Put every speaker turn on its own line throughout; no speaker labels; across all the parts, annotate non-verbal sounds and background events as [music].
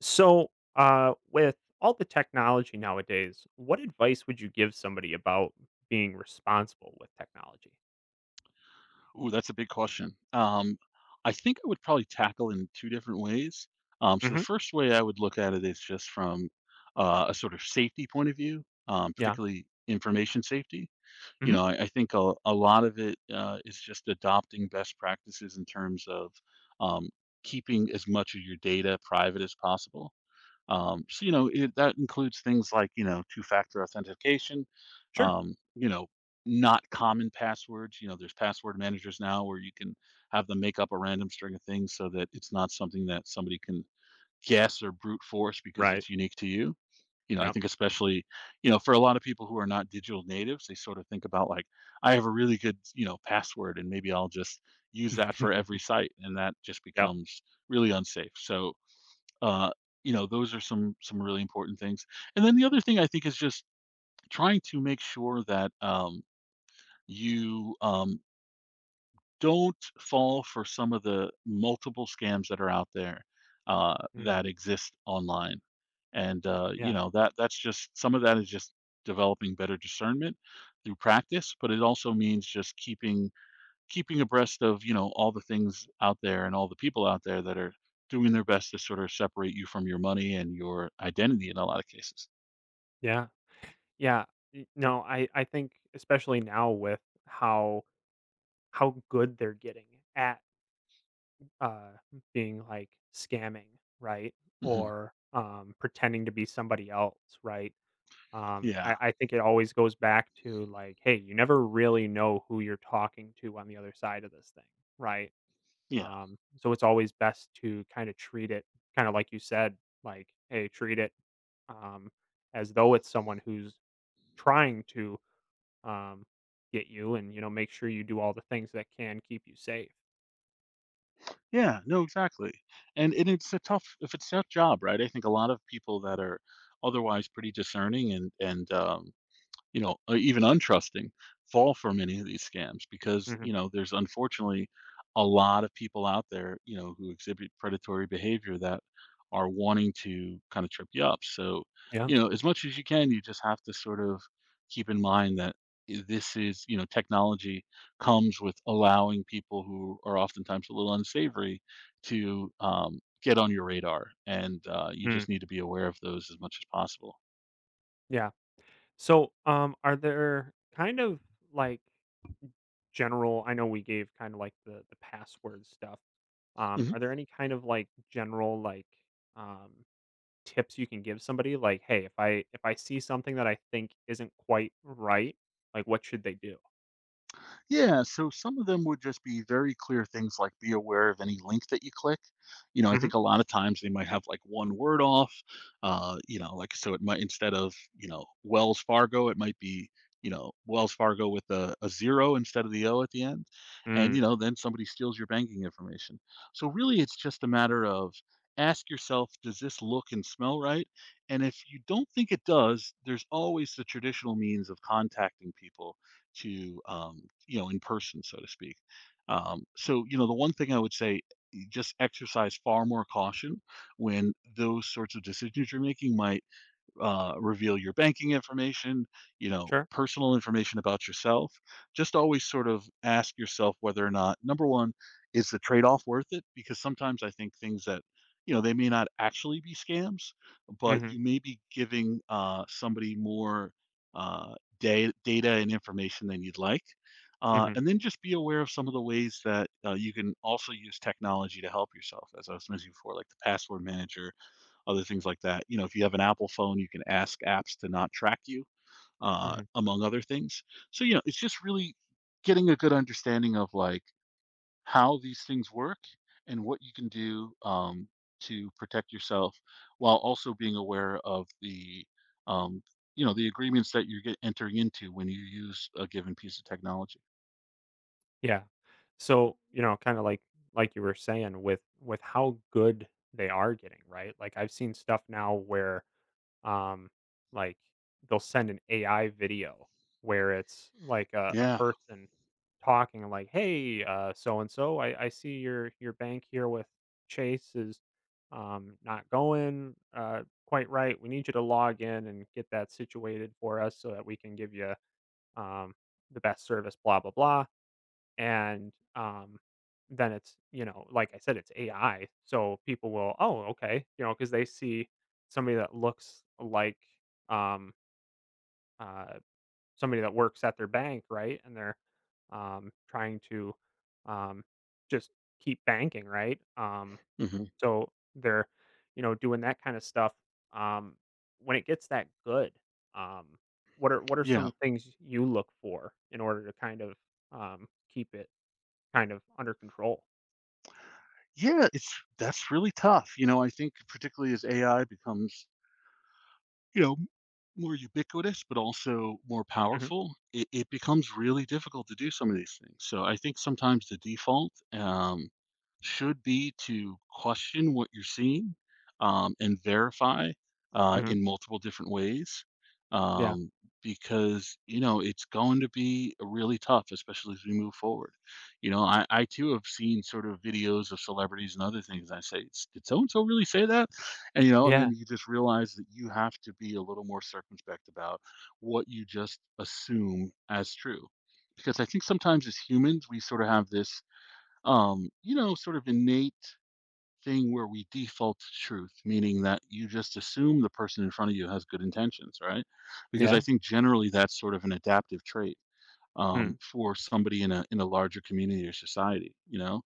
So with all the technology nowadays, what advice would you give somebody about being responsible with technology?
Ooh, that's a big question. I think I would probably tackle in two different ways. So the
Hmm.
first way I would look at it is just from a sort of safety point of view,
Yeah.
particularly information safety. You
Hmm.
know, I think a lot of it is just adopting best practices in terms of um, keeping as much of your data private as possible. That includes things like, you know, two factor authentication,
Sure.
um, you know, not common passwords. You know, there's password managers now where you can have them make up a random string of things so that it's not something that somebody can guess or brute force because
Right.
it's unique to you. You know, I
Yep.
think especially, you know, for a lot of people who are not digital natives, they sort of think about like, I have a really good, you know, password and maybe I'll just use that for every
[laughs]
site. And that just
Yep.
becomes really unsafe. So, uh, you know, those are some really important things. And then the other thing I think is just trying to make sure that you don't fall for some of the multiple scams that are out there uh,
Mhm.
that exist online. And you
Yeah.
know that's just some of that is just developing better discernment through practice, but it also means just keeping abreast of, you know, all the things out there and all the people out there that are doing their best to sort of separate you from your money and your identity in a lot of cases.
Yeah. Yeah. No, I think especially now with how how good they're getting at uh, being like scamming, right?
Hmm
Or pretending to be somebody else, right? Um,
Yeah.
I I think it always goes back to, like, hey, you never really know who you're talking to on the other side of this thing, right?
Yeah.
So it's always best to kinda treat it kinda like you said, like, hey, treat it, um, as though it's someone who's trying to, um, get you and, you know, make sure you do all the things that can keep you safe.
Yeah. No, exactly. And it's a tough, if it's a tough job, right? I think a lot of people that are otherwise pretty discerning and you know, or even untrusting fall for many of these scams because,
Mhm.
you know, there's unfortunately a lot of people out there, you know, who exhibit predatory behavior that are wanting to kind of trip you up. So,
Yeah.
you know, as much as you can, you just have to sort of keep in mind that this is, you know, technology comes with allowing people who are oftentimes a little unsavory to get on your radar. And you
Mm.
just need to be aware of those as much as possible.
Yeah. So are there kind of, like general? I know we gave kind of like the password stuff. Are there any kind of like general like um tips you can give somebody, like, "Hey, if I see something that I think isn't quite right, like what should they do?"
Yeah, so some of them would just be very clear things like be aware of any link that you click. You know, I
Mhm.
think a lot of times they might have like one word off. You know, like so it might instead of, you know, Wells Fargo, it might be, you know, Wells Fargo with a zero instead of the O at the end. And,
Mm.
you know, then somebody steals your banking information. So really it's just a matter of ask yourself, does this look and smell right? And if you don't think it does, there's always the traditional means of contacting people to you know, in person, so to speak. So you know the one thing I would say, just exercise far more caution when those sorts of decisions you're making might reveal your banking information, you know,
Sure.
personal information about yourself. Just always sort of ask yourself whether or not, number one, is the trade off worth it? Because sometimes I think things that, you know, they may not actually be scams, but
Mhm.
you may be giving somebody more data and information than you'd like.
Mhm.
And then just be aware of some of the ways that you can also use technology to help yourself, as I was mentioning before, like the password manager, other things like that. You know, if you have an Apple phone, you can ask apps to not track you,
Mhm.
among other things. So, you know, it's just really getting a good understanding of like how these things work and what you can do to protect yourself while also being aware of the um, you know, the agreements that you're get entering into when you use a given piece of technology.
Yeah. So, you know, kind of like you were saying with how good they are getting, right? Like I've seen stuff now where um, like they'll send an AI video where it's like a
yeah
person talking like, "Hey, so and so, I see your bank here with Chase is not going quite right. We need you to log in and get that situated for us so that we can give you um, the best service." Blah blah blah. And then it's, you know, like I said, it's AI. So people will, oh, okay, you know, because they see somebody that looks like um, uh, somebody that works at their bank, right? And they're trying to um, just keep banking, right?
hmm
So they're, you know, doing that kind of stuff. Um, when it gets that good, um, what are
yeah
some things you look for in order to kind of keep it kind of under control.
yeah it's that's really tough. You know, I think particularly as AI becomes, you know, more ubiquitous, but also more
Mhm,
powerful, it becomes really difficult to do some of these things. So I think sometimes the default should be to question what you're seeing, and verify
mhm.
in multiple different ways,
Yeah,
um, because you know it's going to be really tough, especially as we move forward. You know, I too have seen sort of videos of celebrities and other things. I say, Did so and so really say that?" And, you know, and
yeah,
then you just realize that you have to be a little more circumspect about what you just assume as true. Because I think sometimes as humans, we sort of have this, you know, sort of innate thing where we default to truth, meaning that you just assume the person in front of you has good intentions, right? Because I
yeah.
think generally that's sort of an adaptive trait,
Mm,
for somebody in a larger community or society, you know.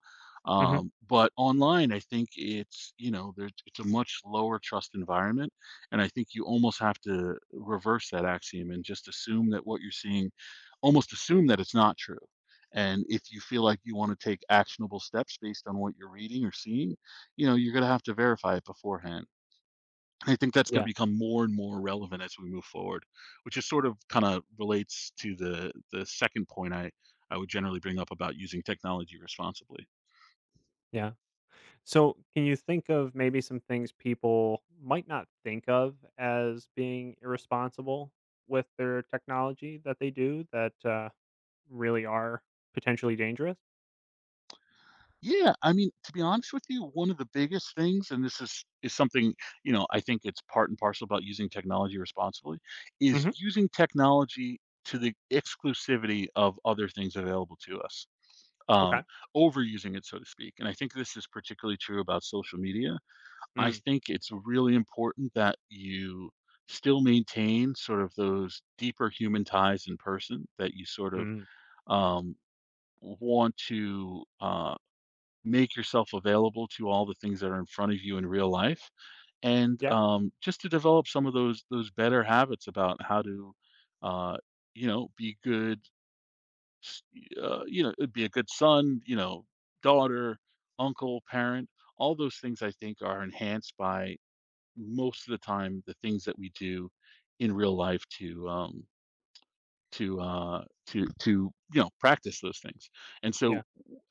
mhm.
But online, I think it's, you know, there's, it's a much lower trust environment, and I think you almost have to reverse that axiom and just assume that what you're seeing, almost assume that it's not true. And if you feel like you want to take actionable steps based on what you're reading or seeing, you know you're going to have to verify it beforehand. I think that's going to
Yeah,
become more and more relevant as we move forward, which is sort of kind of relates to the second point I would generally bring up about using technology responsibly.
yeah. So, can you think of maybe some things people might not think of as being irresponsible with their technology that they do that, really are potentially dangerous?
Yeah, I mean, to be honest with you, one of the biggest things, and this is something, you know, I think it's part and parcel about using technology responsibly, is
Mhm.
using technology to the exclusivity of other things available to us.
Okay.
um, Overusing it, so to speak. And I think this is particularly true about social media. I
Mm,
think it's really important that you still maintain sort of those deeper human ties in person, that you sort of
mm.
um, want to make yourself available to all the things that are in front of you in real life, and
Yeah,
just to develop some of those better habits about how to. Uh, you know, be good s- you know, it'd be a good son, you know, daughter, uncle, parent. All those things I think are enhanced by most of the time the things that we do in real life to you know, practice those things. And so
yeah.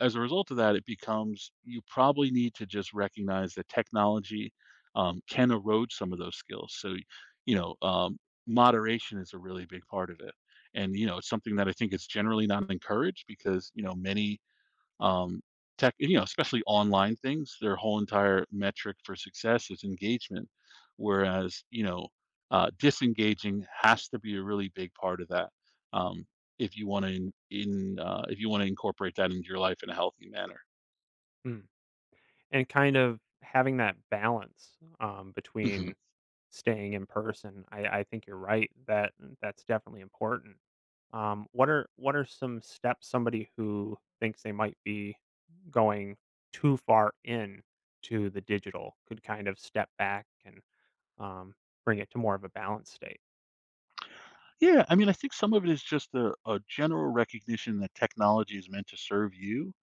as a result of that, it becomes, you probably need to just recognize that technology can erode some of those skills. So you know, moderation is a really big part of it. And you know, it's something that I think is generally not encouraged, because, you know, many um, tech, you know, especially online things, their whole entire metric for success is engagement. Whereas, you know, disengaging has to be a really big part of that. Um, if you want to in if you want to incorporate that into your life in a healthy manner.
Mm. And kind of having that balance,
Hmm
between staying in person. I think you're right that mm, that's definitely important. What are some steps somebody who thinks they might be going too far in to the digital could kind of step back and um, bring it to more of a balanced state?
Yeah, I mean, I think some of it is just a general recognition that technology is meant to serve you,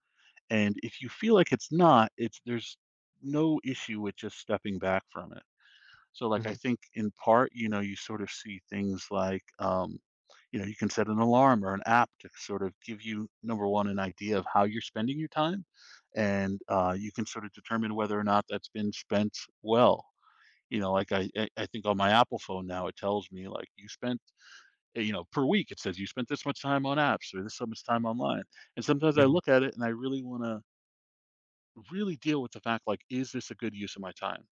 and if you feel like it's not, it's there's no issue with just stepping back from it. So like I
Hmm.
think in part, you know, you sort of see things like, you know, you can set an alarm or an app to sort of give you, number one, an idea of how you're spending your time, and you can sort of determine whether or not that's been spent well. You know, like I think on my Apple phone now, it tells me like you spent you know, per week it says you spent this much time on apps or this so much time online, and sometimes I
Hmm.
look at it and I really want to really deal with the fact like, is this a good use of my time?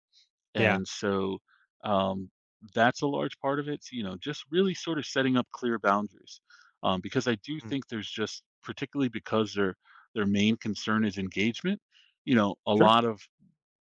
Yeah,
And so um, that's a large part of it. You know, just really sort of setting up clear boundaries, because I do
mm,
think there's just, particularly because their main concern is engagement. You know, a
sure.
lot of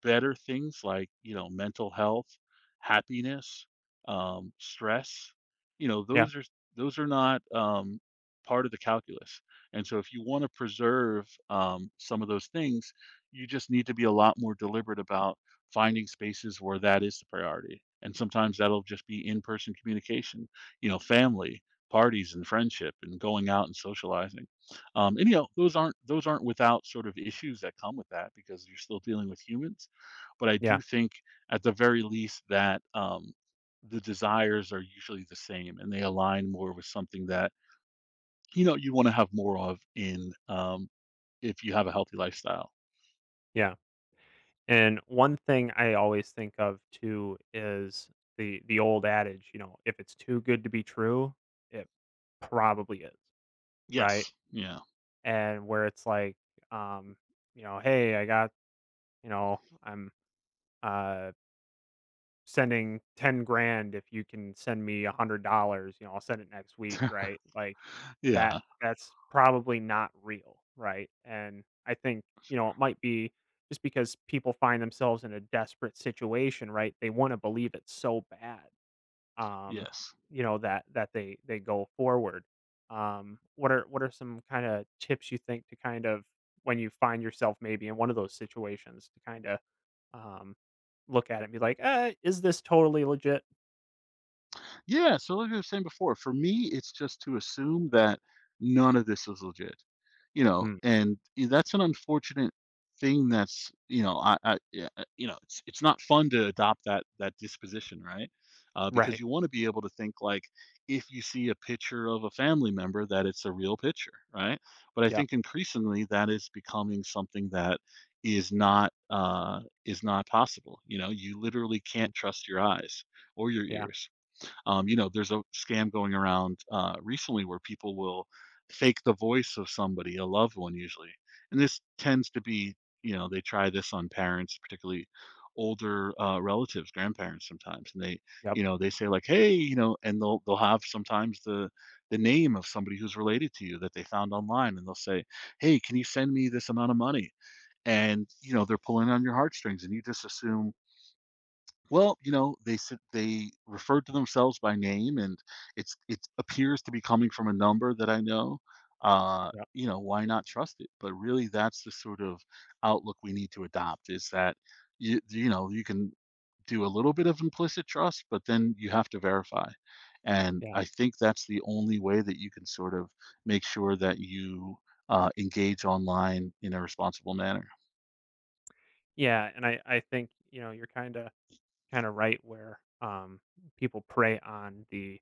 better things like, you know, mental health, happiness, stress, you know,
Yeah,
those are, those are not part of the calculus. And so if you want to preserve some of those things, you just need to be a lot more deliberate about finding spaces where that is the priority. And sometimes that'll just be in-person communication, you know, family, parties and friendship and going out and socializing. And you know, those aren't without sort of issues that come with that because you're still dealing with humans but I
yeah,
do think at the very least that the desires are usually the same and they align more with something that you know you want to have more of in if you have a healthy lifestyle.
yeah. And one thing I always think of too is the old adage, you know, if it's too good to be true, it probably is, right?
Yes. Yeah.
And where it's like, um, you know, hey, I got, you know, I'm uh sending 10 grand if you can send me $100, you know, I'll send it next week, right? Like that
Yeah.
that's probably not real, right? And I think, you know, it might be just because people find themselves in a desperate situation, right? They want to believe it so bad um,
Yes.
you know, that that they go forward. What are some kind of tips you think to kind of, when you find yourself maybe in one of those situations to kind of um, look at it and be like, is this totally legit?
Yeah, so like I was saying before, for me, it's just to assume that none of this is legit, you know,
Mm,
and that's an unfortunate thing. That's you know, I yeah, you know, it's not fun to adopt that disposition, right? Because
right.
you want to be able to think like if you see a picture of a family member that it's a real picture, right? But I
Yeah.
think increasingly that is becoming something that is not is not possible. You know, you literally
Mm,
can't trust your eyes or your
yeah.
ears, you know, there's a scam going around recently where people will fake the voice of somebody, a loved one usually. And this tends to be, you know, they try this on parents, particularly older relatives, grandparents sometimes. And they,
Yep.
you know, they say like, hey, you know, and they'll have sometimes the name of somebody who's related to you that they found online and they'll say, hey, can you send me this amount of money? And, you know, they're pulling on your heartstrings and you just assume well, you know, they said they referred to themselves by name, and it appears to be coming from a number that I know. Uh,
Yep.
you know, why not trust it? But really, that's the sort of outlook we need to adopt. Is that you know you can do a little bit of implicit trust, but then you have to verify. And
Yeah.
I think that's the only way that you can sort of make sure that you engage online in a responsible manner.
Yeah. And I think, you know, you're kind of right where people prey on the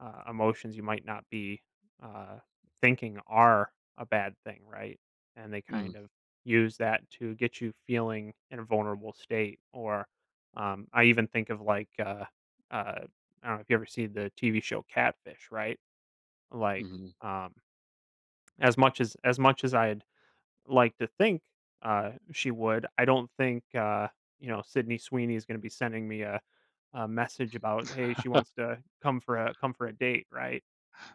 emotions you might not be uh, thinking are a bad thing, right? And they
Mm,
kind of use that to get you feeling in a vulnerable state. Or I even think of like, uh, I don't know if you ever see the TV show Catfish, right? Like,
Mm-hmm.
um, as much as I'd like to think she would, I don't think you know Sydney Sweeney is going to be sending me a message about hey she wants to come for a date right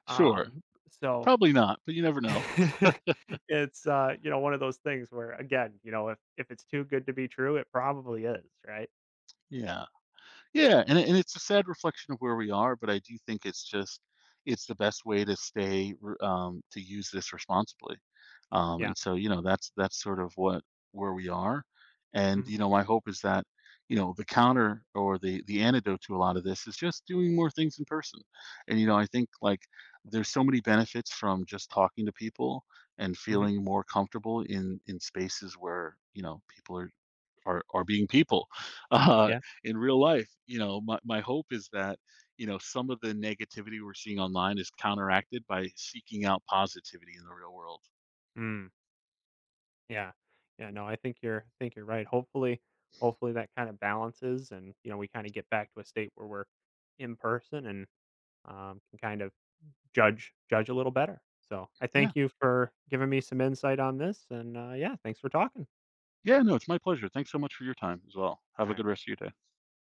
Sure,
um, so
probably not, but you never know.
[laughs] it's you know, one of those things where again, you know, if it's too good to be true, it probably is, right?
Yeah. Yeah, and it's a sad reflection of where we are, but I do think it's just it's the best way to stay r to use this responsibly. Um,
Yeah.
and so, you know, that's sort of what where we are. And,
Mhm.
you know, my hope is that, you know, the counter or the antidote to a lot of this is just doing more things in person. And, you know, I think, like, there's so many benefits from just talking to people and
Mhm.
feeling more comfortable in spaces where, you know, people are are being people [laughs] uh,
Yeah.
in real life. You know, my hope is that you know some of the negativity we're seeing online is counteracted by seeking out positivity in the real world.
Mm. Yeah. Yeah, no, I think you're right. Hopefully hopefully that kind of balances and you know, we kind of get back to a state where we're in person and can kind of judge judge a little better. So, I
Yeah,
thank you for giving me some insight on this and yeah, thanks for talking.
yeah, no, it's my pleasure. Thanks so much for your time as well. Have
All
a
right.
good rest of your day.